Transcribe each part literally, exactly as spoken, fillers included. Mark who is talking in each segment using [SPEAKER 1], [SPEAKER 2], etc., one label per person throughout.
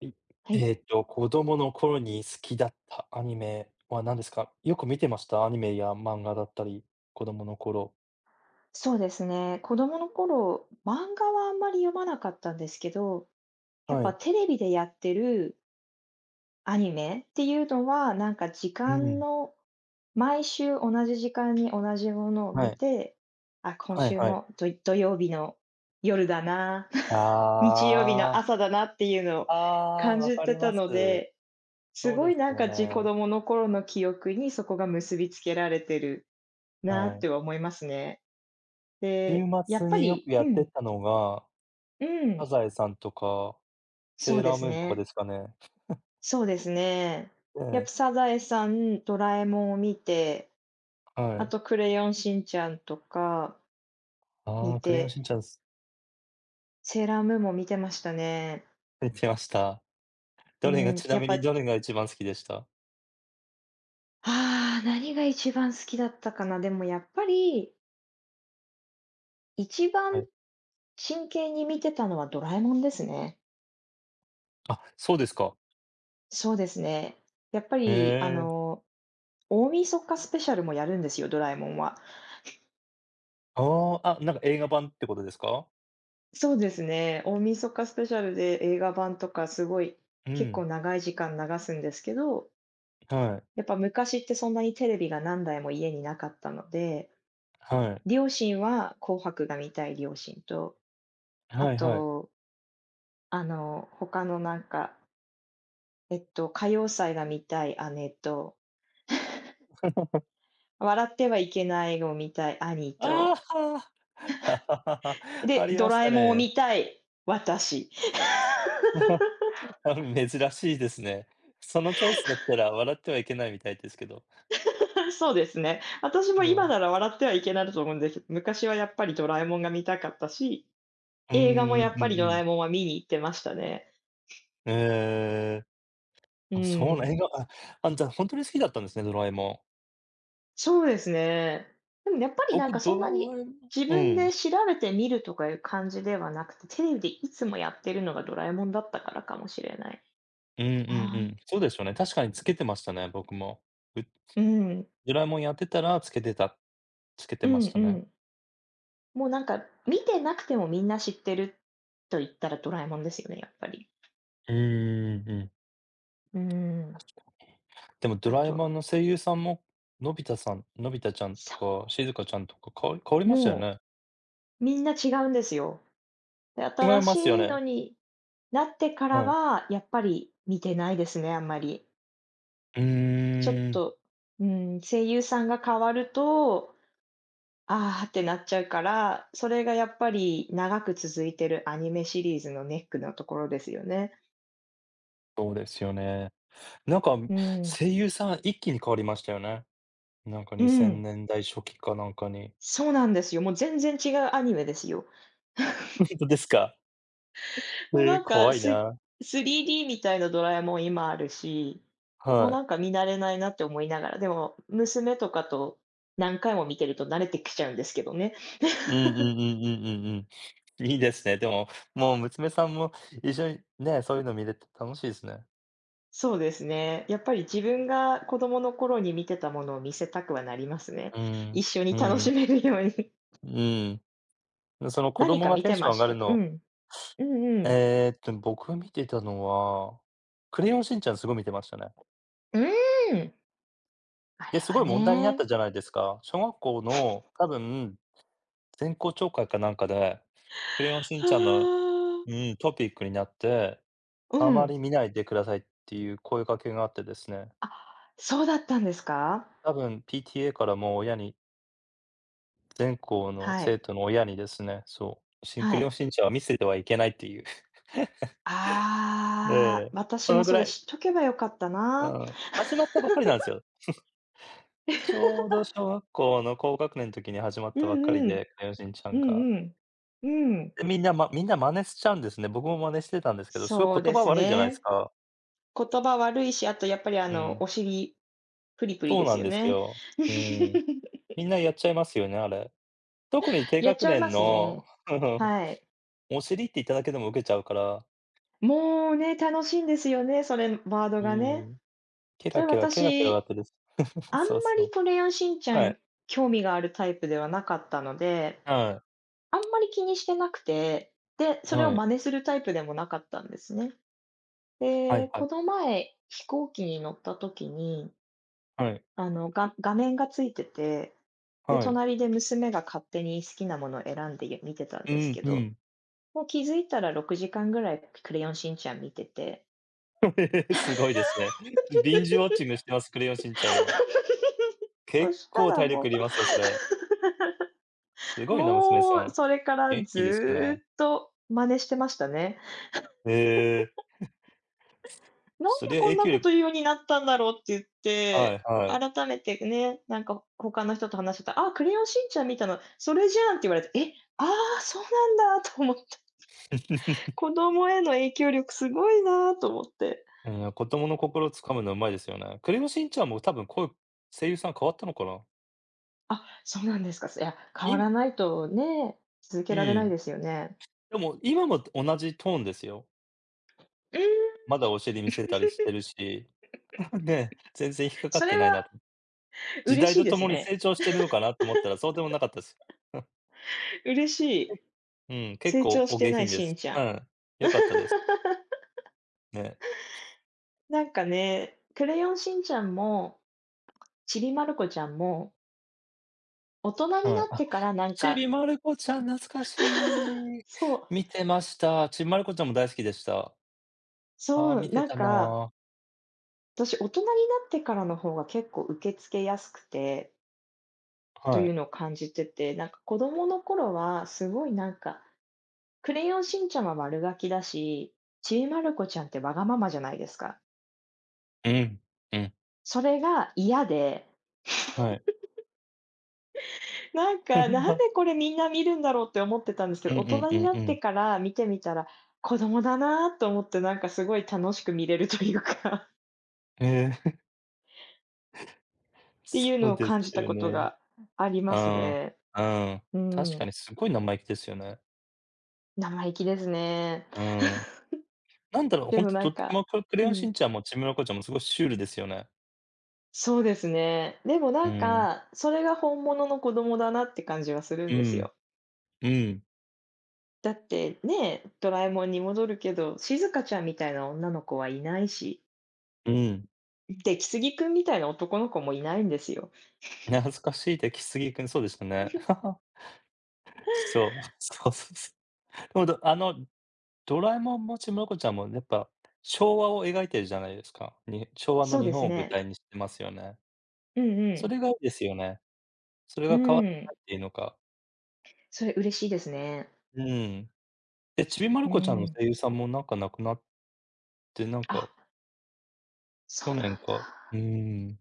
[SPEAKER 1] い
[SPEAKER 2] はい、
[SPEAKER 1] えっと、子供の頃に好きだったアニメは何ですか？よく見てました？アニメや漫画だったり、子供の頃。
[SPEAKER 2] そうですね。子供の頃、漫画はあんまり読まなかったんですけど、やっ
[SPEAKER 1] は
[SPEAKER 2] ぱ
[SPEAKER 1] い。
[SPEAKER 2] テレビでやってるアニメっていうのは、なんか時
[SPEAKER 1] う
[SPEAKER 2] 間
[SPEAKER 1] ん。
[SPEAKER 2] の毎週同じ時間に同じものを
[SPEAKER 1] は
[SPEAKER 2] 見
[SPEAKER 1] い。
[SPEAKER 2] て、あ、今
[SPEAKER 1] はい
[SPEAKER 2] 週
[SPEAKER 1] はい。
[SPEAKER 2] も土土曜日の夜だな、
[SPEAKER 1] あ
[SPEAKER 2] 日曜日の
[SPEAKER 1] あ。
[SPEAKER 2] 朝だなっていうのを
[SPEAKER 1] ああ、
[SPEAKER 2] 感
[SPEAKER 1] わ
[SPEAKER 2] じ
[SPEAKER 1] か
[SPEAKER 2] て
[SPEAKER 1] り
[SPEAKER 2] た
[SPEAKER 1] ます。
[SPEAKER 2] ので、す
[SPEAKER 1] そう
[SPEAKER 2] ご
[SPEAKER 1] で
[SPEAKER 2] い
[SPEAKER 1] す
[SPEAKER 2] なん
[SPEAKER 1] よ
[SPEAKER 2] かじ子
[SPEAKER 1] ね。
[SPEAKER 2] 供の頃の記憶にそこが結びつけられてるな
[SPEAKER 1] は
[SPEAKER 2] っ
[SPEAKER 1] い。
[SPEAKER 2] ては思いますね。
[SPEAKER 1] 週
[SPEAKER 2] で、やっ
[SPEAKER 1] 末
[SPEAKER 2] ぱ
[SPEAKER 1] によく
[SPEAKER 2] りう
[SPEAKER 1] やって
[SPEAKER 2] ん、
[SPEAKER 1] たのが、
[SPEAKER 2] う
[SPEAKER 1] サ
[SPEAKER 2] ん。
[SPEAKER 1] ザエさんとか、
[SPEAKER 2] そ
[SPEAKER 1] セ
[SPEAKER 2] う
[SPEAKER 1] ー
[SPEAKER 2] で
[SPEAKER 1] ラー
[SPEAKER 2] す
[SPEAKER 1] ムーンとか
[SPEAKER 2] ね。
[SPEAKER 1] ですかね。
[SPEAKER 2] そうですね。
[SPEAKER 1] え
[SPEAKER 2] やっぱ
[SPEAKER 1] え、
[SPEAKER 2] サザエさん、ドラえもんを見て、
[SPEAKER 1] は
[SPEAKER 2] あ
[SPEAKER 1] い。
[SPEAKER 2] とクレヨンしんちゃんとか見
[SPEAKER 1] ああ、クレヨン
[SPEAKER 2] て、
[SPEAKER 1] しんちゃんす
[SPEAKER 2] セーラームーンも見てましたね。
[SPEAKER 1] 見てました。
[SPEAKER 2] う
[SPEAKER 1] どれが
[SPEAKER 2] ん、
[SPEAKER 1] ちな
[SPEAKER 2] やっ
[SPEAKER 1] み
[SPEAKER 2] ぱ、
[SPEAKER 1] にどれが一番好きでした？
[SPEAKER 2] ああ、何が一番好きだったかな。でもやっぱり、一
[SPEAKER 1] は
[SPEAKER 2] 番
[SPEAKER 1] い。
[SPEAKER 2] 真剣に見てたのはドラえもんですね。
[SPEAKER 1] あ、そうですか。
[SPEAKER 2] そうですね。やっぱ
[SPEAKER 1] へ
[SPEAKER 2] り、あ
[SPEAKER 1] え。
[SPEAKER 2] の、大晦日スペシャルもやるんですよ、ドラえもんは。
[SPEAKER 1] ああ、あ、なんか映画版ってことですか？
[SPEAKER 2] そうですね。大晦日スペシャルで映画版とかすごい、
[SPEAKER 1] う
[SPEAKER 2] 結
[SPEAKER 1] ん、
[SPEAKER 2] 構長い時間流すんですけど、
[SPEAKER 1] はい、
[SPEAKER 2] やっぱ昔ってそんなにテレビが何台も家になかったので、
[SPEAKER 1] はい、
[SPEAKER 2] 両親は紅白が見たい両親と、あ
[SPEAKER 1] はいはい。
[SPEAKER 2] と、あの、他のなんか、えっと、歌謡祭が見たい姉と、笑ってはいけないを見たい兄
[SPEAKER 1] あ
[SPEAKER 2] と、
[SPEAKER 1] あ。あ
[SPEAKER 2] で、
[SPEAKER 1] り
[SPEAKER 2] ド
[SPEAKER 1] まし
[SPEAKER 2] ラえ
[SPEAKER 1] た
[SPEAKER 2] もんを
[SPEAKER 1] ね。
[SPEAKER 2] 見たい私。
[SPEAKER 1] あ、珍しいですね。そのチョイスだったら笑ってはいけないみたいですけど。
[SPEAKER 2] そうですね。私も
[SPEAKER 1] う
[SPEAKER 2] 今
[SPEAKER 1] ん。
[SPEAKER 2] なら笑ってはいけないと思うんですけど、昔はやっぱりドラえもんが見たかったし、
[SPEAKER 1] うー
[SPEAKER 2] 映画もや
[SPEAKER 1] ん、
[SPEAKER 2] っ
[SPEAKER 1] うん
[SPEAKER 2] ぱりド
[SPEAKER 1] う
[SPEAKER 2] ラえ
[SPEAKER 1] ん。
[SPEAKER 2] もんは見に行ってましたね。
[SPEAKER 1] ええ、
[SPEAKER 2] う
[SPEAKER 1] あ、そうな
[SPEAKER 2] ん。
[SPEAKER 1] 映画、あ、あ、じゃあ本当に好きだったんですね、ドラえもん。
[SPEAKER 2] そうですね。でもやっぱりなん
[SPEAKER 1] 僕
[SPEAKER 2] かそんなに
[SPEAKER 1] ドラえもん
[SPEAKER 2] 自
[SPEAKER 1] う
[SPEAKER 2] 分
[SPEAKER 1] ん。
[SPEAKER 2] で調べてみるとかいう感じではなくて、テレビでいつもやってるのがドラえもんだったからかもしれない。
[SPEAKER 1] うんうん
[SPEAKER 2] は
[SPEAKER 1] うん。
[SPEAKER 2] い。
[SPEAKER 1] そうですよね。確かにつけてましたね、僕も。う
[SPEAKER 2] うん。
[SPEAKER 1] ドラえもんやってたらつけてたつけて
[SPEAKER 2] う
[SPEAKER 1] まし
[SPEAKER 2] ん
[SPEAKER 1] た
[SPEAKER 2] う
[SPEAKER 1] ね。
[SPEAKER 2] ん。もうなんか見てなくてもみんな知ってると言ったらドラえもんですよね、やっぱり。
[SPEAKER 1] うんうんうん。
[SPEAKER 2] うん。
[SPEAKER 1] でもド
[SPEAKER 2] あ
[SPEAKER 1] ラえも
[SPEAKER 2] と、
[SPEAKER 1] んの声優さんも、のび太さんのび太ちゃんと
[SPEAKER 2] そ
[SPEAKER 1] か、
[SPEAKER 2] う。
[SPEAKER 1] しずかちゃんとか、かわ変わりましたよ
[SPEAKER 2] も
[SPEAKER 1] ね。
[SPEAKER 2] うみんな違うんですよ。で、
[SPEAKER 1] 違い
[SPEAKER 2] 新し
[SPEAKER 1] ますよ
[SPEAKER 2] いの
[SPEAKER 1] ね。
[SPEAKER 2] になってから
[SPEAKER 1] はい。
[SPEAKER 2] は、やっぱり見てないですね、あんまり。
[SPEAKER 1] うー
[SPEAKER 2] ちょっ
[SPEAKER 1] ん、
[SPEAKER 2] と、うん、声優さんが変わると、ああってなっちゃうから、それがやっぱり長く続いてるアニメシリーズのネックのところですよね。
[SPEAKER 1] そうですよね。なんか、
[SPEAKER 2] うん。
[SPEAKER 1] 声優さん一気に変わりましたよね。なんか
[SPEAKER 2] う
[SPEAKER 1] 2000
[SPEAKER 2] ん。
[SPEAKER 1] 年代初期かなんかに。
[SPEAKER 2] そうなんですよ。もう全然違うアニメですよ。
[SPEAKER 1] ほんとですか？
[SPEAKER 2] もう
[SPEAKER 1] え
[SPEAKER 2] な
[SPEAKER 1] え、
[SPEAKER 2] んか
[SPEAKER 1] 怖い
[SPEAKER 2] ス、す
[SPEAKER 1] な。
[SPEAKER 2] スリーディー みたいなドラえもん今あるし、もう
[SPEAKER 1] は
[SPEAKER 2] な
[SPEAKER 1] い。
[SPEAKER 2] んか見慣れないなって思いながら、でも娘とかと何回も見てると慣れてきちゃうんですけどね。
[SPEAKER 1] うんうんうんうんうんうん。いいですね。でも、もう娘さんも一緒にね、そういうの見れて楽しいですね。
[SPEAKER 2] そうですね。やっぱり自分が子供の頃に見てたものを見せたくはなりますね。
[SPEAKER 1] う
[SPEAKER 2] 一
[SPEAKER 1] ん。
[SPEAKER 2] 緒に
[SPEAKER 1] う
[SPEAKER 2] 楽し
[SPEAKER 1] ん。
[SPEAKER 2] めるように。
[SPEAKER 1] うん。その 子
[SPEAKER 2] 何
[SPEAKER 1] 供
[SPEAKER 2] か
[SPEAKER 1] が
[SPEAKER 2] 見
[SPEAKER 1] テン
[SPEAKER 2] て
[SPEAKER 1] ショ
[SPEAKER 2] ま
[SPEAKER 1] ン上
[SPEAKER 2] し
[SPEAKER 1] がる
[SPEAKER 2] たか？う
[SPEAKER 1] の
[SPEAKER 2] ん。うんうん。
[SPEAKER 1] えーっと、僕見てたのは、クレヨンしんちゃんすごい見てましたね。
[SPEAKER 2] うーん。あれ
[SPEAKER 1] で、す
[SPEAKER 2] は
[SPEAKER 1] ごい問題になっ
[SPEAKER 2] ね。
[SPEAKER 1] たじゃないですか。小学校の多分、全校朝会かなんかで、クレヨンしんちゃんの、
[SPEAKER 2] はあ。
[SPEAKER 1] うん、トピックになって、
[SPEAKER 2] う
[SPEAKER 1] あま
[SPEAKER 2] ん。
[SPEAKER 1] り見ないでくださいっていう声掛けがあってですね、
[SPEAKER 2] あ、そうだったんですか？
[SPEAKER 1] 多分 ピーティーエー からも親に、全校の
[SPEAKER 2] は
[SPEAKER 1] 生
[SPEAKER 2] い。
[SPEAKER 1] 徒の親にですね、そう、シンク
[SPEAKER 2] は
[SPEAKER 1] レヨン
[SPEAKER 2] い。
[SPEAKER 1] しんちゃんは見せてはいけないっていう。え
[SPEAKER 2] ああ、
[SPEAKER 1] え、
[SPEAKER 2] 私
[SPEAKER 1] そ
[SPEAKER 2] も
[SPEAKER 1] のぐ
[SPEAKER 2] そ
[SPEAKER 1] ら
[SPEAKER 2] れ
[SPEAKER 1] い、
[SPEAKER 2] 知っとけばよかった
[SPEAKER 1] う
[SPEAKER 2] な。
[SPEAKER 1] ん、始まったばっかりなんですよ。ちょうど小学校の高学年の時に始まっ
[SPEAKER 2] う
[SPEAKER 1] た
[SPEAKER 2] ん
[SPEAKER 1] ばっか
[SPEAKER 2] う
[SPEAKER 1] り
[SPEAKER 2] ん。
[SPEAKER 1] で、クレヨンしんちゃ
[SPEAKER 2] う
[SPEAKER 1] んが。
[SPEAKER 2] んうん。うん。
[SPEAKER 1] で、みんな、まみんな真似しちゃうんですね。僕も真似してたんですけど、すご
[SPEAKER 2] そ
[SPEAKER 1] い
[SPEAKER 2] う
[SPEAKER 1] 言
[SPEAKER 2] で
[SPEAKER 1] 葉
[SPEAKER 2] す
[SPEAKER 1] 悪いじゃないです
[SPEAKER 2] ね。
[SPEAKER 1] か。
[SPEAKER 2] 言葉悪いし、あとやっぱりあ
[SPEAKER 1] う
[SPEAKER 2] の、
[SPEAKER 1] ん。
[SPEAKER 2] お尻、プリプリ
[SPEAKER 1] そう
[SPEAKER 2] で
[SPEAKER 1] な
[SPEAKER 2] す
[SPEAKER 1] ん
[SPEAKER 2] よ
[SPEAKER 1] です
[SPEAKER 2] ね。
[SPEAKER 1] よ。うん。みんなやっちゃいますよね、あれ。特に低
[SPEAKER 2] やっ
[SPEAKER 1] 学
[SPEAKER 2] ちゃいま
[SPEAKER 1] 年
[SPEAKER 2] す
[SPEAKER 1] の。
[SPEAKER 2] ね。はい。
[SPEAKER 1] お尻って言っただけでもウケちゃうから、
[SPEAKER 2] もうね、楽しいんですよね、それ、ワード
[SPEAKER 1] う
[SPEAKER 2] がね。
[SPEAKER 1] ん。ケ
[SPEAKER 2] そ
[SPEAKER 1] ラ
[SPEAKER 2] れ
[SPEAKER 1] ケラ、ケラケラ笑っ
[SPEAKER 2] 私、
[SPEAKER 1] てです。
[SPEAKER 2] あん
[SPEAKER 1] そう
[SPEAKER 2] ま
[SPEAKER 1] そ
[SPEAKER 2] り
[SPEAKER 1] う。
[SPEAKER 2] トレアンしんちゃ
[SPEAKER 1] は
[SPEAKER 2] ん
[SPEAKER 1] い。
[SPEAKER 2] 興味があるタイプではなかったので
[SPEAKER 1] は
[SPEAKER 2] あんまり気にしてなくて、で、
[SPEAKER 1] い。
[SPEAKER 2] それを
[SPEAKER 1] はい。
[SPEAKER 2] 真似するタイプでもなかったんですね。
[SPEAKER 1] はい
[SPEAKER 2] で、
[SPEAKER 1] は
[SPEAKER 2] こ
[SPEAKER 1] い。
[SPEAKER 2] の前、飛行機に乗った時に、
[SPEAKER 1] はい。
[SPEAKER 2] あの、が画面がついてて、で、
[SPEAKER 1] はい。
[SPEAKER 2] 隣で娘が勝手に好きなものを選んで見てたん
[SPEAKER 1] う
[SPEAKER 2] です
[SPEAKER 1] ん、
[SPEAKER 2] け
[SPEAKER 1] う
[SPEAKER 2] ど、
[SPEAKER 1] ん。
[SPEAKER 2] もう気づいたらろくじかんぐらいクレヨンしんちゃん見てて。
[SPEAKER 1] すごいですね。ビンジウォッ チングしてます、クレヨンしんちゃんの。
[SPEAKER 2] そ
[SPEAKER 1] 結
[SPEAKER 2] した
[SPEAKER 1] 構
[SPEAKER 2] ら
[SPEAKER 1] 体力
[SPEAKER 2] も
[SPEAKER 1] いりますよ、それ。す
[SPEAKER 2] う、
[SPEAKER 1] ごいな、娘さ
[SPEAKER 2] もう
[SPEAKER 1] ん。
[SPEAKER 2] それから
[SPEAKER 1] 元気です
[SPEAKER 2] ず
[SPEAKER 1] ね。
[SPEAKER 2] っと真似してましたね。
[SPEAKER 1] ええ、
[SPEAKER 2] なん
[SPEAKER 1] そ
[SPEAKER 2] で
[SPEAKER 1] りゃ
[SPEAKER 2] こん
[SPEAKER 1] 影
[SPEAKER 2] な
[SPEAKER 1] 響
[SPEAKER 2] こ
[SPEAKER 1] 力。
[SPEAKER 2] と言うようになったんだろうって言っ
[SPEAKER 1] はい
[SPEAKER 2] て、
[SPEAKER 1] はい。
[SPEAKER 2] 改めてね、なんか他の人と話してたら、あ、クレヨンしんちゃん見たの、それじゃんって言われて、え、ああ、そうなんだと思って、子供への影響力すごいなと思って。
[SPEAKER 1] いや、子供の心を掴むのうまいですよね。クレヨンしんちゃんも多分声声優さん変わったのかな？
[SPEAKER 2] あ、そうなんですか。いや、変わら
[SPEAKER 1] い
[SPEAKER 2] ないとね、続け
[SPEAKER 1] う
[SPEAKER 2] られない
[SPEAKER 1] ん。
[SPEAKER 2] ですよね。
[SPEAKER 1] でも今も同じトーンですよ。
[SPEAKER 2] うーん、
[SPEAKER 1] まだお尻見せたりしてるし、ね、全然引っかか
[SPEAKER 2] そ
[SPEAKER 1] っ
[SPEAKER 2] れ
[SPEAKER 1] てない
[SPEAKER 2] は
[SPEAKER 1] なと。時
[SPEAKER 2] 嬉
[SPEAKER 1] 代
[SPEAKER 2] しい
[SPEAKER 1] と
[SPEAKER 2] で
[SPEAKER 1] と
[SPEAKER 2] す
[SPEAKER 1] もに
[SPEAKER 2] ね。
[SPEAKER 1] 成長してるのかなと思ったら、そうでもなかったです。
[SPEAKER 2] 嬉しい。
[SPEAKER 1] うん、結
[SPEAKER 2] 成
[SPEAKER 1] 構
[SPEAKER 2] 長し
[SPEAKER 1] お
[SPEAKER 2] て
[SPEAKER 1] 下
[SPEAKER 2] ない
[SPEAKER 1] 品で
[SPEAKER 2] しん
[SPEAKER 1] す。
[SPEAKER 2] ちゃん。
[SPEAKER 1] うん、良かったです。ね。
[SPEAKER 2] なんかね、クレヨンしんちゃんも、ちびまる子ちゃんも、大人に
[SPEAKER 1] は
[SPEAKER 2] な
[SPEAKER 1] い。
[SPEAKER 2] って
[SPEAKER 1] あ、
[SPEAKER 2] からなん
[SPEAKER 1] ち
[SPEAKER 2] か
[SPEAKER 1] びまる子ちゃん懐かしい。
[SPEAKER 2] そう、
[SPEAKER 1] 見てました。ちびまる子ちゃんも大好きでした。ああ、
[SPEAKER 2] そう、
[SPEAKER 1] 見て
[SPEAKER 2] なん
[SPEAKER 1] た
[SPEAKER 2] か、
[SPEAKER 1] な。
[SPEAKER 2] 私大人になってからの方が結構受け付けやすくて、と
[SPEAKER 1] は
[SPEAKER 2] いう
[SPEAKER 1] い。
[SPEAKER 2] のを感じてて、なんか子供の頃はすごいなんか、クレヨンしんちゃんは悪ガキだし、ちびまる子ちゃんってわがままじゃないですか。
[SPEAKER 1] うん。うん。
[SPEAKER 2] それが嫌で、
[SPEAKER 1] はい。
[SPEAKER 2] なんか、なんで これみんな見るんだろうって思ってたんですけ
[SPEAKER 1] う
[SPEAKER 2] ど、
[SPEAKER 1] んう
[SPEAKER 2] 大
[SPEAKER 1] ん
[SPEAKER 2] 人
[SPEAKER 1] う
[SPEAKER 2] に
[SPEAKER 1] ん
[SPEAKER 2] なっ
[SPEAKER 1] う
[SPEAKER 2] て
[SPEAKER 1] ん。
[SPEAKER 2] から見てみたら、子供だなと思ってなんかすごい楽しく見れるというか
[SPEAKER 1] ええ
[SPEAKER 2] って
[SPEAKER 1] そ
[SPEAKER 2] いうの
[SPEAKER 1] う
[SPEAKER 2] を
[SPEAKER 1] です
[SPEAKER 2] 感じた
[SPEAKER 1] よ
[SPEAKER 2] こと
[SPEAKER 1] ね。
[SPEAKER 2] があります
[SPEAKER 1] あ
[SPEAKER 2] ね。
[SPEAKER 1] あ、うん。
[SPEAKER 2] う
[SPEAKER 1] 確か
[SPEAKER 2] ん。
[SPEAKER 1] にすごい生意気ですよね。
[SPEAKER 2] 生意気ですね。
[SPEAKER 1] うん。なんだろう、
[SPEAKER 2] で
[SPEAKER 1] ほん
[SPEAKER 2] も
[SPEAKER 1] と
[SPEAKER 2] な
[SPEAKER 1] ど
[SPEAKER 2] ん
[SPEAKER 1] っち
[SPEAKER 2] か、
[SPEAKER 1] もククレ
[SPEAKER 2] う
[SPEAKER 1] ヨンし
[SPEAKER 2] ん、
[SPEAKER 1] んちゃんもちびまる子ちゃんもすごいシュールですよね。
[SPEAKER 2] そうですね。でも
[SPEAKER 1] う
[SPEAKER 2] なん
[SPEAKER 1] ん。
[SPEAKER 2] か、それが本物の子供だなって感じはするん
[SPEAKER 1] う
[SPEAKER 2] です
[SPEAKER 1] ん。
[SPEAKER 2] よ。
[SPEAKER 1] うん。
[SPEAKER 2] だってね、ドラえもんに戻るけど、静香ちゃんみたいな女の子はいないし、
[SPEAKER 1] うん。
[SPEAKER 2] 出来すぎくんみたいな男の子もいないんですよ。
[SPEAKER 1] 懐かしいって、来すぎくん、そうでしたね。そう。そうそうそう。そうだあの、ドラえもんもちむろこちゃんもやっぱ、昭和を描いてるじゃないですか。に昭和の
[SPEAKER 2] そう
[SPEAKER 1] 日
[SPEAKER 2] で
[SPEAKER 1] 本
[SPEAKER 2] す
[SPEAKER 1] を舞
[SPEAKER 2] ね。
[SPEAKER 1] 台にしてますよね。
[SPEAKER 2] うんう
[SPEAKER 1] そ
[SPEAKER 2] ん。
[SPEAKER 1] れがいいですよね。それ
[SPEAKER 2] う
[SPEAKER 1] が変わってな
[SPEAKER 2] ん。
[SPEAKER 1] いっていうのか。
[SPEAKER 2] それ嬉しいですね。
[SPEAKER 1] うん。え、ちびまる
[SPEAKER 2] う
[SPEAKER 1] 子ちゃんの
[SPEAKER 2] ん。
[SPEAKER 1] 声優さんもなんか亡くなって、なん
[SPEAKER 2] あ、
[SPEAKER 1] か、
[SPEAKER 2] そう
[SPEAKER 1] 去年
[SPEAKER 2] なん
[SPEAKER 1] か。う
[SPEAKER 2] だ。
[SPEAKER 1] ーん。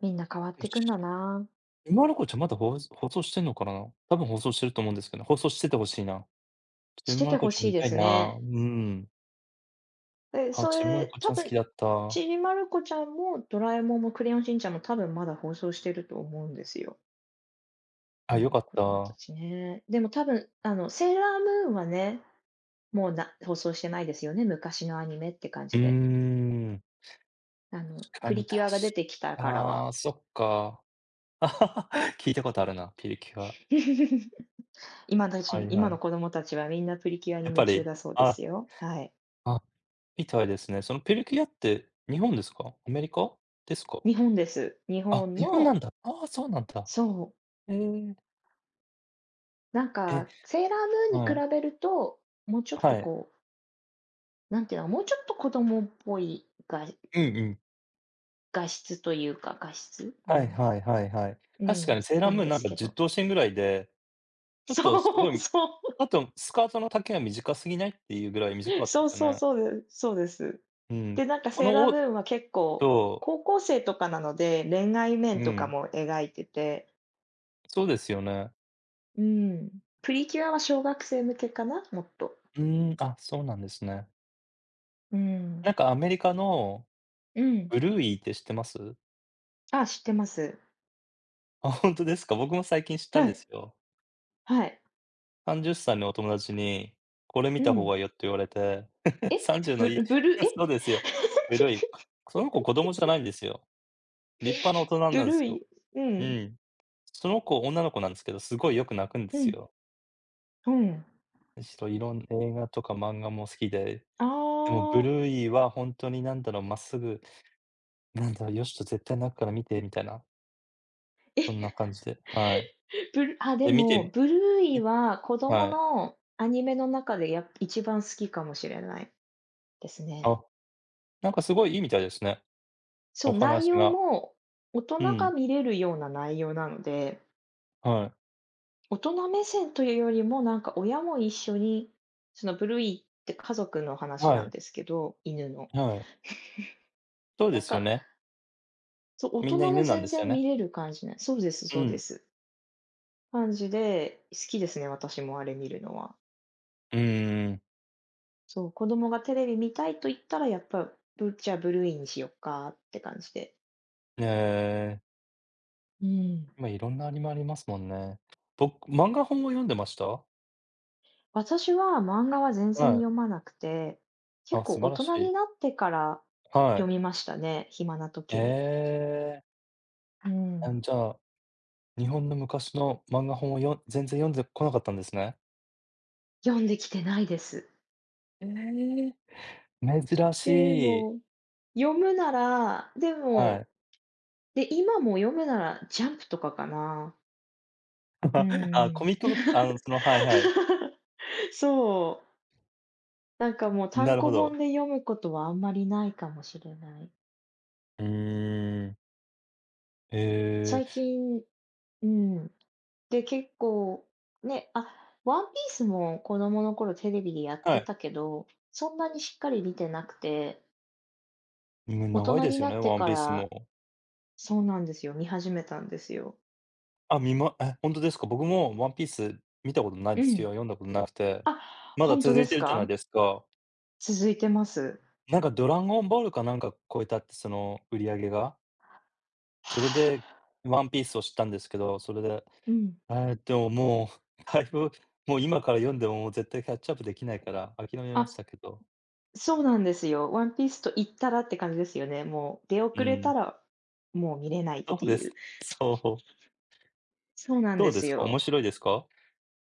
[SPEAKER 2] みんな変わっ
[SPEAKER 1] え、
[SPEAKER 2] てくんだ
[SPEAKER 1] ち
[SPEAKER 2] な。
[SPEAKER 1] びまる子ちゃんまだほう放送してんのかな？多分放送してると思うんですけどね、放送してて欲しいな。ち
[SPEAKER 2] し
[SPEAKER 1] び
[SPEAKER 2] て
[SPEAKER 1] まる
[SPEAKER 2] て
[SPEAKER 1] 子
[SPEAKER 2] ほ
[SPEAKER 1] ちゃん
[SPEAKER 2] しい
[SPEAKER 1] 見
[SPEAKER 2] で
[SPEAKER 1] たい
[SPEAKER 2] す
[SPEAKER 1] な。
[SPEAKER 2] ね。
[SPEAKER 1] うん。
[SPEAKER 2] で、
[SPEAKER 1] あ、
[SPEAKER 2] そ
[SPEAKER 1] ちびまる
[SPEAKER 2] れ、
[SPEAKER 1] 子ち
[SPEAKER 2] 多
[SPEAKER 1] ゃん好
[SPEAKER 2] 分、
[SPEAKER 1] きだった。
[SPEAKER 2] ちびまる子ちゃんもドラえもんもクレヨンしんちゃんも多分まだ放送してると思うんですよ。
[SPEAKER 1] あ、
[SPEAKER 2] 今
[SPEAKER 1] 良
[SPEAKER 2] の
[SPEAKER 1] かっ
[SPEAKER 2] 子供た
[SPEAKER 1] た。
[SPEAKER 2] ちね。でも多分、あの、セーラームーンはね、もうな放送してないですよね、昔のアニメって感
[SPEAKER 1] う
[SPEAKER 2] じ
[SPEAKER 1] ー
[SPEAKER 2] で。
[SPEAKER 1] ん。
[SPEAKER 2] あの、
[SPEAKER 1] 確か
[SPEAKER 2] プリ
[SPEAKER 1] に、た
[SPEAKER 2] キュアが出てきたからは。
[SPEAKER 1] ああ、そっか。聞いたことあるな、ピルキュア。
[SPEAKER 2] 今た
[SPEAKER 1] は
[SPEAKER 2] ち
[SPEAKER 1] い
[SPEAKER 2] 今
[SPEAKER 1] は
[SPEAKER 2] の
[SPEAKER 1] い。
[SPEAKER 2] 子供たちはみんなプリキュアに
[SPEAKER 1] やっ
[SPEAKER 2] 夢
[SPEAKER 1] ぱ
[SPEAKER 2] 中
[SPEAKER 1] り、
[SPEAKER 2] だそうで
[SPEAKER 1] あ、
[SPEAKER 2] すよ。はい。
[SPEAKER 1] あ、みたいですね。そのピルキュアって日本ですか？アメリカですか？
[SPEAKER 2] 日本です。日
[SPEAKER 1] あ、
[SPEAKER 2] 本
[SPEAKER 1] 日本な
[SPEAKER 2] の
[SPEAKER 1] んだ。ああ、そうなんだ。
[SPEAKER 2] そ
[SPEAKER 1] へえ。
[SPEAKER 2] う、なん
[SPEAKER 1] え、
[SPEAKER 2] かセーラームーンに比
[SPEAKER 1] はい。
[SPEAKER 2] べると、もうちょっと
[SPEAKER 1] はい。
[SPEAKER 2] こなんていうの、もうちょっと子供っぽい画
[SPEAKER 1] うんうん。
[SPEAKER 2] 画質というか、画質、う
[SPEAKER 1] はい
[SPEAKER 2] ん、
[SPEAKER 1] はいはいはい。
[SPEAKER 2] う
[SPEAKER 1] 確か
[SPEAKER 2] ん、
[SPEAKER 1] にセーラー
[SPEAKER 2] なん
[SPEAKER 1] ムーン
[SPEAKER 2] で
[SPEAKER 1] なん
[SPEAKER 2] す
[SPEAKER 1] か
[SPEAKER 2] け
[SPEAKER 1] じゅっ
[SPEAKER 2] ど。
[SPEAKER 1] 頭身ぐらいで、ちょっ
[SPEAKER 2] そ
[SPEAKER 1] とすご
[SPEAKER 2] う
[SPEAKER 1] い、
[SPEAKER 2] そ
[SPEAKER 1] あとスカートの丈が短すぎないっていうぐらい短か
[SPEAKER 2] う。
[SPEAKER 1] ったで
[SPEAKER 2] そう
[SPEAKER 1] すよ
[SPEAKER 2] そう
[SPEAKER 1] ね。
[SPEAKER 2] そうです。そうです。
[SPEAKER 1] うん。
[SPEAKER 2] で、なんか
[SPEAKER 1] こ
[SPEAKER 2] セー
[SPEAKER 1] の
[SPEAKER 2] ラーム
[SPEAKER 1] お
[SPEAKER 2] ーンは結構、
[SPEAKER 1] と
[SPEAKER 2] 高校生とかなので、恋愛面
[SPEAKER 1] う
[SPEAKER 2] とか
[SPEAKER 1] ん、
[SPEAKER 2] も描いてて、
[SPEAKER 1] そうですよね。
[SPEAKER 2] うん。プリキュアは小学生向けかな、もっと。
[SPEAKER 1] うーん、あ、そうなんですね。
[SPEAKER 2] うん。
[SPEAKER 1] なんかアメリカの
[SPEAKER 2] うん。
[SPEAKER 1] ブルーイーって知ってます？
[SPEAKER 2] あ、知ってます。
[SPEAKER 1] あ、本当ですか？僕も最近知った
[SPEAKER 2] は
[SPEAKER 1] んで
[SPEAKER 2] い、
[SPEAKER 1] すよ。
[SPEAKER 2] はい。
[SPEAKER 1] さんじゅっさいのお友達に、これ
[SPEAKER 2] う
[SPEAKER 1] 見た方
[SPEAKER 2] ん。
[SPEAKER 1] がいいよって言われて、さんじゅうの
[SPEAKER 2] ブ
[SPEAKER 1] いい
[SPEAKER 2] ルブルー
[SPEAKER 1] そう
[SPEAKER 2] え？
[SPEAKER 1] ですよ。ブルーイー。その子子供じゃないんですよ。立派な 大人な
[SPEAKER 2] ブ
[SPEAKER 1] んで
[SPEAKER 2] ル
[SPEAKER 1] す
[SPEAKER 2] ー
[SPEAKER 1] よ。
[SPEAKER 2] いう
[SPEAKER 1] う
[SPEAKER 2] ん、
[SPEAKER 1] ん。その子、女の子なんですけど、すごいよく泣くんで
[SPEAKER 2] う
[SPEAKER 1] す
[SPEAKER 2] ん、
[SPEAKER 1] よ。
[SPEAKER 2] うん。
[SPEAKER 1] しろいろん映画とか漫画も好きで、
[SPEAKER 2] あ
[SPEAKER 1] でもブ
[SPEAKER 2] あ。
[SPEAKER 1] ルーイーは本当になんだろう、まっすぐ、なんだろう、よしと絶対泣くから見てみたいな、そんな感じで、はい。
[SPEAKER 2] ブルあ、で
[SPEAKER 1] で見て
[SPEAKER 2] も、
[SPEAKER 1] み
[SPEAKER 2] ブルーイは子供
[SPEAKER 1] はい。
[SPEAKER 2] のアニメの中でや一番好きかもしれないですね。
[SPEAKER 1] あ、なんかすごいいいみたいですね、
[SPEAKER 2] そ
[SPEAKER 1] お
[SPEAKER 2] う、内
[SPEAKER 1] 話
[SPEAKER 2] 容
[SPEAKER 1] が。
[SPEAKER 2] も大
[SPEAKER 1] う
[SPEAKER 2] 人が
[SPEAKER 1] ん。
[SPEAKER 2] 見れるような内容なので、
[SPEAKER 1] はい。
[SPEAKER 2] 大人目線というよりも、なんか親も一緒に、そのブルーイって家族の話
[SPEAKER 1] は
[SPEAKER 2] なん
[SPEAKER 1] い。
[SPEAKER 2] ですけど、犬の。
[SPEAKER 1] はい。そう
[SPEAKER 2] な
[SPEAKER 1] で
[SPEAKER 2] ん
[SPEAKER 1] すよ
[SPEAKER 2] か、
[SPEAKER 1] ね。
[SPEAKER 2] そう、大
[SPEAKER 1] みんな
[SPEAKER 2] 人も
[SPEAKER 1] 犬なん
[SPEAKER 2] 全
[SPEAKER 1] です
[SPEAKER 2] 然
[SPEAKER 1] よね。
[SPEAKER 2] 見れる感じね。そうです
[SPEAKER 1] う
[SPEAKER 2] そうで
[SPEAKER 1] ん。
[SPEAKER 2] す。感じで、好きですね、私もあれ見るのは。
[SPEAKER 1] うんうんん、
[SPEAKER 2] そう、子供がテレビ見たいと言ったら、やっぱ、ぶじゃあ、ブルーイにしよっかって感じで。
[SPEAKER 1] ええ、
[SPEAKER 2] うん。
[SPEAKER 1] 今いろんなアニメありますもんね。僕、漫画本を読んでました？
[SPEAKER 2] 私は漫画は全然
[SPEAKER 1] はい。
[SPEAKER 2] 読まなくて、結
[SPEAKER 1] あ、
[SPEAKER 2] 構
[SPEAKER 1] 素
[SPEAKER 2] 大
[SPEAKER 1] 晴らし
[SPEAKER 2] 人
[SPEAKER 1] い。
[SPEAKER 2] になってから
[SPEAKER 1] は
[SPEAKER 2] 読
[SPEAKER 1] い。
[SPEAKER 2] みましたね、暇な
[SPEAKER 1] え
[SPEAKER 2] 時に。
[SPEAKER 1] え、
[SPEAKER 2] う
[SPEAKER 1] あ
[SPEAKER 2] ん。
[SPEAKER 1] ん、じゃあ、日本の昔の漫画本をよ全然読んでこなかったんですね。
[SPEAKER 2] 読んできてないです。
[SPEAKER 1] ええ、珍
[SPEAKER 2] で
[SPEAKER 1] しい。
[SPEAKER 2] も、読むなら、で
[SPEAKER 1] はい。
[SPEAKER 2] も、で、今も読むならジャンプとかかな。う
[SPEAKER 1] あ、コ
[SPEAKER 2] ん。
[SPEAKER 1] ミックブックあの、そのはいはい。
[SPEAKER 2] そう。なんかもう
[SPEAKER 1] な
[SPEAKER 2] 単
[SPEAKER 1] る
[SPEAKER 2] 行
[SPEAKER 1] ほど。
[SPEAKER 2] 本で読むことはあんまりないかもしれない。
[SPEAKER 1] うーん。へ
[SPEAKER 2] 最
[SPEAKER 1] え、
[SPEAKER 2] 近、うん、で、結構、ね、あ、ワンピースも子供の頃テレビでやっ
[SPEAKER 1] は
[SPEAKER 2] て
[SPEAKER 1] い。
[SPEAKER 2] たけど、そんなにしっかり見てなくて、
[SPEAKER 1] む
[SPEAKER 2] 大
[SPEAKER 1] 長い
[SPEAKER 2] 人
[SPEAKER 1] で
[SPEAKER 2] に
[SPEAKER 1] すよ
[SPEAKER 2] な
[SPEAKER 1] ね、
[SPEAKER 2] って
[SPEAKER 1] ワン
[SPEAKER 2] か
[SPEAKER 1] ピース
[SPEAKER 2] ら、
[SPEAKER 1] も。
[SPEAKER 2] そうなんですよ、見始めたんですよ。
[SPEAKER 1] あ、見まえ、ほんとですか？僕もワンピース見たことないん
[SPEAKER 2] う
[SPEAKER 1] です
[SPEAKER 2] ん。
[SPEAKER 1] よ。読んだことなくて。
[SPEAKER 2] あ、
[SPEAKER 1] まだ
[SPEAKER 2] 本当
[SPEAKER 1] 続
[SPEAKER 2] で
[SPEAKER 1] い
[SPEAKER 2] す
[SPEAKER 1] てるじゃない
[SPEAKER 2] か？
[SPEAKER 1] ですか。
[SPEAKER 2] 続いてます。
[SPEAKER 1] なんかドラゴンボールかなんか超えたって、その売り上げが。それ
[SPEAKER 2] は
[SPEAKER 1] で
[SPEAKER 2] あ。
[SPEAKER 1] ワンピースを知ったんですけど、それで、
[SPEAKER 2] うん。
[SPEAKER 1] ええ、でももうだいぶ、もう今から読んでも、もう絶対キャッチアップできないから諦めまし
[SPEAKER 2] あ、
[SPEAKER 1] たけど。
[SPEAKER 2] そうなんですよ。ワンピースと言ったらって感じですよね。もう出
[SPEAKER 1] う
[SPEAKER 2] 遅れた
[SPEAKER 1] ん。
[SPEAKER 2] ら、もう見れないっ
[SPEAKER 1] ど
[SPEAKER 2] て
[SPEAKER 1] うで
[SPEAKER 2] い
[SPEAKER 1] す
[SPEAKER 2] う。
[SPEAKER 1] そう。
[SPEAKER 2] そうなん
[SPEAKER 1] ど
[SPEAKER 2] で
[SPEAKER 1] うで
[SPEAKER 2] す
[SPEAKER 1] すか？面
[SPEAKER 2] よ。
[SPEAKER 1] 白いですか？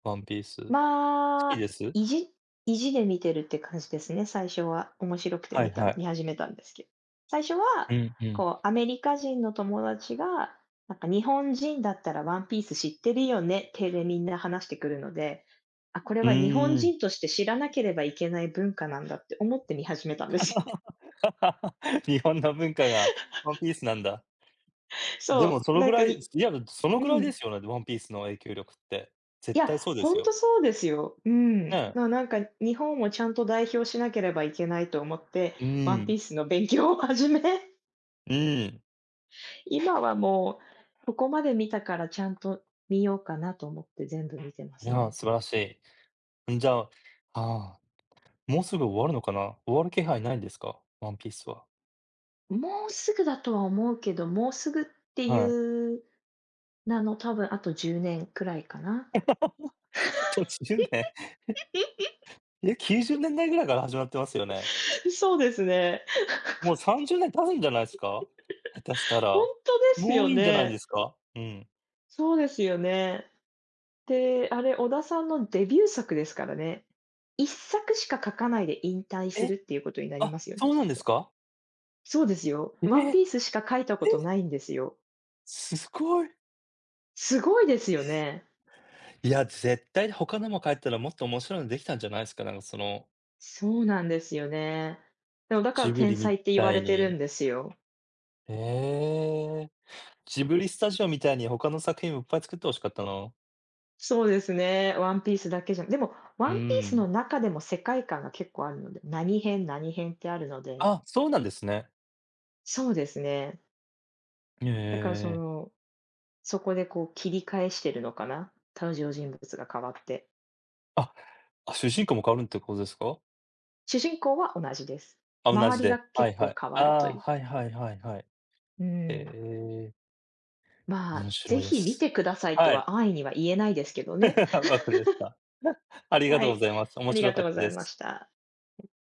[SPEAKER 1] ワンピース。好
[SPEAKER 2] ま
[SPEAKER 1] き
[SPEAKER 2] あ、
[SPEAKER 1] です。
[SPEAKER 2] 意地意地で見てるって感じですね、最初は。面白くて
[SPEAKER 1] はい
[SPEAKER 2] 見た
[SPEAKER 1] はい。
[SPEAKER 2] 見始めたんですけど最初は、
[SPEAKER 1] うんうん。
[SPEAKER 2] こう、アメリカ人の友達が、なんか「日本人だったらワンピース知ってるよね」体でみんな話してくるので、あ、これ
[SPEAKER 1] う
[SPEAKER 2] は日本
[SPEAKER 1] ーん。
[SPEAKER 2] 人として知らなければいけない文化なんだって思って見始めたんですよ。
[SPEAKER 1] 日本の文化がワンピースなんだ。でも
[SPEAKER 2] そ
[SPEAKER 1] そ
[SPEAKER 2] う、
[SPEAKER 1] の
[SPEAKER 2] な
[SPEAKER 1] ぐ
[SPEAKER 2] んか
[SPEAKER 1] らい、
[SPEAKER 2] に
[SPEAKER 1] いや、その
[SPEAKER 2] う
[SPEAKER 1] ぐらいで
[SPEAKER 2] ん。
[SPEAKER 1] すよね、ワンピースの影響力って。
[SPEAKER 2] い
[SPEAKER 1] 絶
[SPEAKER 2] や、
[SPEAKER 1] 対そうで
[SPEAKER 2] ほ
[SPEAKER 1] す
[SPEAKER 2] んと
[SPEAKER 1] よ。
[SPEAKER 2] そうですよ。う
[SPEAKER 1] ね
[SPEAKER 2] ん。な
[SPEAKER 1] え。
[SPEAKER 2] なんか日本をちゃんと代表しなければいけないと思って、
[SPEAKER 1] う
[SPEAKER 2] ワンピ
[SPEAKER 1] ん、
[SPEAKER 2] ースの勉強を始め、
[SPEAKER 1] うん。
[SPEAKER 2] 今はもうここまで見たからちゃんと見ようかなと思って全部見てま
[SPEAKER 1] い
[SPEAKER 2] す
[SPEAKER 1] や、
[SPEAKER 2] ね。
[SPEAKER 1] 素晴らしい。ん、じゃあ、ああ、もうすぐ終わるのかな？終わる気配ないんですか？ワンピースは。
[SPEAKER 2] もうすぐだとは思うけど、もうすぐって
[SPEAKER 1] はい。
[SPEAKER 2] いう名の多分あとじゅうねんくらいかな。
[SPEAKER 1] 途中で、え、きゅうじゅうねんだいぐらいから始まってますよね。
[SPEAKER 2] そうですね。
[SPEAKER 1] もうさんじゅうねん経つんじゃないですか？下手した
[SPEAKER 2] 本
[SPEAKER 1] ら。
[SPEAKER 2] 当です
[SPEAKER 1] も
[SPEAKER 2] よ
[SPEAKER 1] ういいんじゃないで
[SPEAKER 2] ね。
[SPEAKER 1] すか？うん。
[SPEAKER 2] そうですよね。で、あれ、小田さんのデビュー作ですからね。一作しか書かないで引退す
[SPEAKER 1] え！
[SPEAKER 2] るっていうことになりま
[SPEAKER 1] あ、
[SPEAKER 2] すよね、
[SPEAKER 1] そう
[SPEAKER 2] きっ
[SPEAKER 1] なんです
[SPEAKER 2] と。
[SPEAKER 1] か？
[SPEAKER 2] そうですよ。
[SPEAKER 1] え
[SPEAKER 2] ワン
[SPEAKER 1] え、
[SPEAKER 2] ピースしか書いたこと
[SPEAKER 1] え、
[SPEAKER 2] ないんですよ。
[SPEAKER 1] すごい。
[SPEAKER 2] すごいですよね。
[SPEAKER 1] いや、絶対他のも帰ったらもっと面白いのできたんじゃないすか？なんかその、
[SPEAKER 2] そうなんですよね。でもだから
[SPEAKER 1] ジブ
[SPEAKER 2] 天
[SPEAKER 1] リ
[SPEAKER 2] 才
[SPEAKER 1] み
[SPEAKER 2] って言わ
[SPEAKER 1] た
[SPEAKER 2] れ
[SPEAKER 1] い
[SPEAKER 2] てる
[SPEAKER 1] に。
[SPEAKER 2] んですよ。
[SPEAKER 1] へえ。ジブリスタジオみたいに他の作品もいっぱい作って欲しかったな。
[SPEAKER 2] そうですね、ワンピースだけじゃでも、
[SPEAKER 1] う
[SPEAKER 2] ワンピース
[SPEAKER 1] ー
[SPEAKER 2] の
[SPEAKER 1] ん。
[SPEAKER 2] 中でも世界観が結構あるので、何編、何編ってあるので。
[SPEAKER 1] あ、そうなんですね。
[SPEAKER 2] そうですね。
[SPEAKER 1] え
[SPEAKER 2] だからそ
[SPEAKER 1] えええ
[SPEAKER 2] のそこでこう切り返してるのかな、登場人物が変わって。
[SPEAKER 1] あ、あ、主人公も変わるってことですか？
[SPEAKER 2] 主人公は同じです。
[SPEAKER 1] あ、同じ
[SPEAKER 2] 周り
[SPEAKER 1] で。
[SPEAKER 2] が
[SPEAKER 1] は
[SPEAKER 2] 結
[SPEAKER 1] いは
[SPEAKER 2] 構
[SPEAKER 1] い。
[SPEAKER 2] 変わ
[SPEAKER 1] あ
[SPEAKER 2] ると
[SPEAKER 1] あ、
[SPEAKER 2] いう。
[SPEAKER 1] はいはいはいはい。
[SPEAKER 2] う
[SPEAKER 1] へ
[SPEAKER 2] ん。
[SPEAKER 1] え、
[SPEAKER 2] まあ、
[SPEAKER 1] 面
[SPEAKER 2] ぜ
[SPEAKER 1] 白いで
[SPEAKER 2] ひ見
[SPEAKER 1] す。
[SPEAKER 2] てくださいと
[SPEAKER 1] はい、
[SPEAKER 2] は安易には言えないですけどね。
[SPEAKER 1] わかりました。ありが
[SPEAKER 2] は
[SPEAKER 1] とうご
[SPEAKER 2] い、
[SPEAKER 1] ざいます。
[SPEAKER 2] あ
[SPEAKER 1] 面
[SPEAKER 2] り
[SPEAKER 1] 白
[SPEAKER 2] がと
[SPEAKER 1] かっ
[SPEAKER 2] うご
[SPEAKER 1] た
[SPEAKER 2] ざい
[SPEAKER 1] で
[SPEAKER 2] ま
[SPEAKER 1] す。
[SPEAKER 2] した。